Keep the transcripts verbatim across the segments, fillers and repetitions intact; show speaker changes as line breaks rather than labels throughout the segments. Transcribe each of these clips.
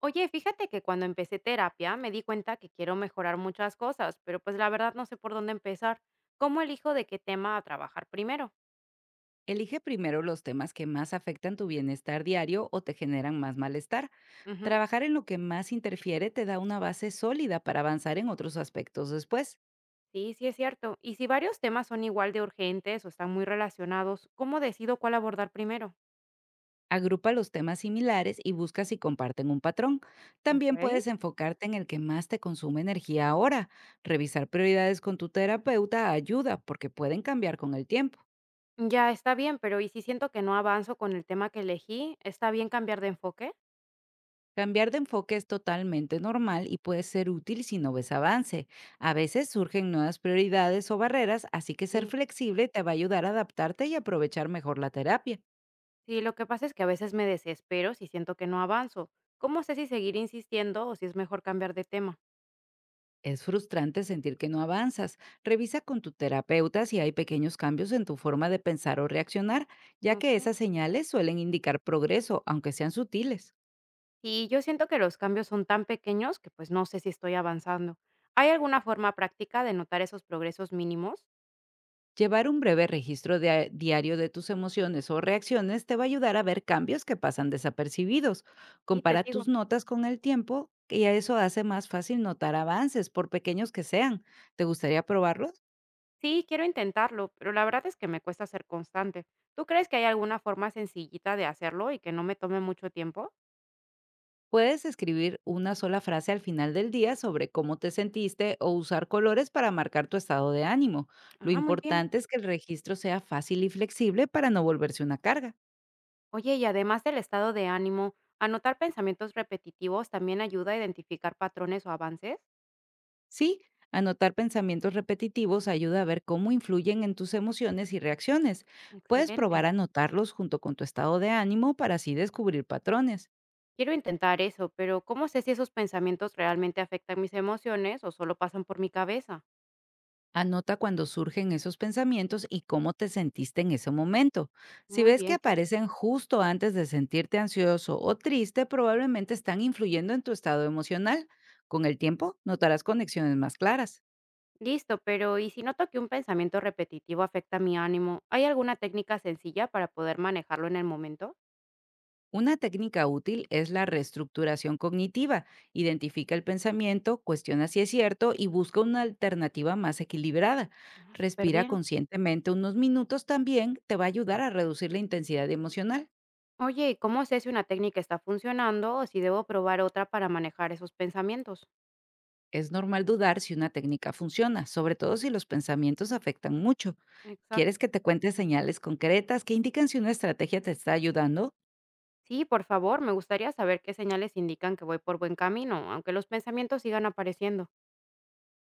Oye, fíjate que cuando empecé terapia me di cuenta que quiero mejorar muchas cosas, pero pues la verdad no sé por dónde empezar. ¿Cómo elijo de qué tema a trabajar primero?
Elige primero los temas que más afectan tu bienestar diario o te generan más malestar.
Ujú.
Trabajar en lo que más interfiere te da una base sólida para avanzar en otros aspectos después.
Sí, sí es cierto. Y si varios temas son igual de urgentes o están muy relacionados, ¿cómo decido cuál abordar primero?
Agrupa los temas similares y busca si comparten un patrón. También
Ok.
puedes enfocarte en el que más te consume energía ahora. Revisar prioridades con tu terapeuta ayuda porque pueden cambiar con el tiempo.
Ya está bien, pero ¿y si siento que no avanzo con el tema que elegí? ¿Está bien cambiar de enfoque?
Cambiar de enfoque es totalmente normal y puede ser útil si no ves avance. A veces surgen nuevas prioridades o barreras, así que ser
Sí.
flexible te va a ayudar a adaptarte y aprovechar mejor la terapia.
Sí, lo que pasa es que a veces me desespero si siento que no avanzo. ¿Cómo sé si seguir insistiendo o si es mejor cambiar de tema?
Es frustrante sentir que no avanzas. Revisa con tu terapeuta si hay pequeños cambios en tu forma de pensar o reaccionar, ya
Ok.
que esas señales suelen indicar progreso, aunque sean sutiles.
Y yo siento que los cambios son tan pequeños que pues no sé si estoy avanzando. ¿Hay alguna forma práctica de notar esos progresos mínimos?
Llevar un breve registro dia- diario de tus emociones o reacciones te va a ayudar a ver cambios que pasan desapercibidos.
Sí, te
Compara tus
sigo.
notas con el tiempo y eso hace más fácil notar avances, por pequeños que sean. ¿Te gustaría probarlos?
Sí, quiero intentarlo, pero la verdad es que me cuesta ser constante. ¿Tú crees que hay alguna forma sencillita de hacerlo y que no me tome mucho tiempo?
Puedes escribir una sola frase al final del día sobre cómo te sentiste o usar colores para marcar tu estado de ánimo. Lo
Ah, muy bien.
importante es que el registro sea fácil y flexible para no volverse una carga.
Oye, y además del estado de ánimo, ¿anotar pensamientos repetitivos también ayuda a identificar patrones o avances?
Sí, anotar pensamientos repetitivos ayuda a ver cómo influyen en tus emociones y reacciones. Puedes
Excelente.
probar a anotarlos junto con tu estado de ánimo para así descubrir patrones.
Quiero intentar eso, pero ¿cómo sé si esos pensamientos realmente afectan mis emociones o solo pasan por mi cabeza?
Anota cuando surgen esos pensamientos y cómo te sentiste en ese momento. Si
Muy
ves que
bien, sí.
aparecen justo antes de sentirte ansioso o triste, probablemente están influyendo en tu estado emocional. Con el tiempo, notarás conexiones más claras.
Listo, pero ¿y si noto que un pensamiento repetitivo afecta mi ánimo? ¿Hay alguna técnica sencilla para poder manejarlo en el momento?
Una técnica útil es la reestructuración cognitiva. Identifica el pensamiento, cuestiona si es cierto y busca una alternativa más equilibrada.
Ah, súper
Respira
bien.
conscientemente unos minutos también, te va a ayudar a reducir la intensidad emocional.
Oye, ¿y cómo sé si una técnica está funcionando o si debo probar otra para manejar esos pensamientos?
Es normal dudar si una técnica funciona, sobre todo si los pensamientos afectan mucho. ¿Quieres
Exacto.
que te cuente señales concretas que indican si una estrategia te está ayudando?
Sí, por favor, me gustaría saber qué señales indican que voy por buen camino, aunque los pensamientos sigan apareciendo.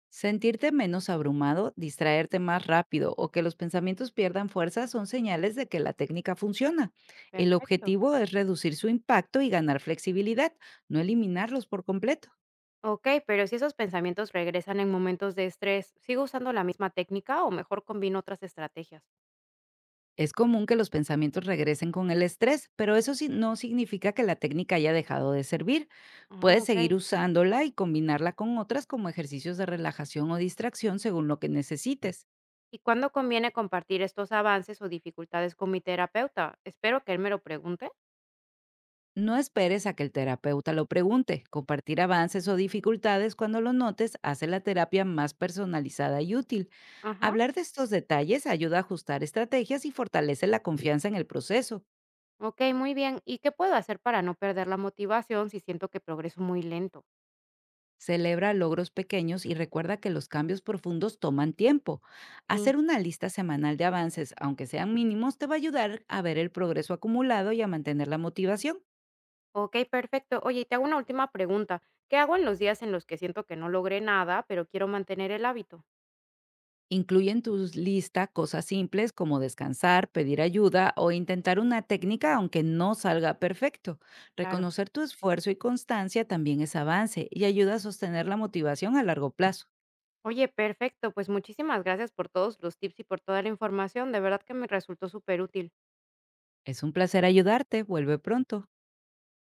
Sentirte menos abrumado, distraerte más rápido o que los pensamientos pierdan fuerza son señales de que la técnica funciona. El
Perfecto.
objetivo es reducir su impacto y ganar flexibilidad, no eliminarlos por completo.
Ok, pero si esos pensamientos regresan en momentos de estrés, ¿sigo usando la misma técnica o mejor combino otras estrategias?
Es común que los pensamientos regresen con el estrés, pero eso sí- no significa que la técnica haya dejado de servir.
Ah,
Puedes
ok.
seguir usándola y combinarla con otras como ejercicios de relajación o distracción según lo que necesites.
¿Y cuándo conviene compartir estos avances o dificultades con mi terapeuta? Espero que él me lo pregunte.
No esperes a que el terapeuta lo pregunte. Compartir avances o dificultades cuando lo notes hace la terapia más personalizada y útil.
Ajá.
Hablar de estos detalles ayuda a ajustar estrategias y fortalece la confianza en el proceso.
Ok, muy bien. ¿Y qué puedo hacer para no perder la motivación si siento que progreso muy lento?
Celebra logros pequeños y recuerda que los cambios profundos toman tiempo. Hacer
Sí.
una lista semanal de avances, aunque sean mínimos, te va a ayudar a ver el progreso acumulado y a mantener la motivación.
Ok, perfecto. Oye, y te hago una última pregunta. ¿Qué hago en los días en los que siento que no logré nada, pero quiero mantener el hábito?
Incluye en tu lista cosas simples como descansar, pedir ayuda o intentar una técnica aunque no salga perfecto.
Claro.
Reconocer tu esfuerzo y constancia también es avance y ayuda a sostener la motivación a largo plazo.
Oye, perfecto. Pues muchísimas gracias por todos los tips y por toda la información. De verdad que me resultó súper útil.
Es un placer ayudarte. Vuelve pronto.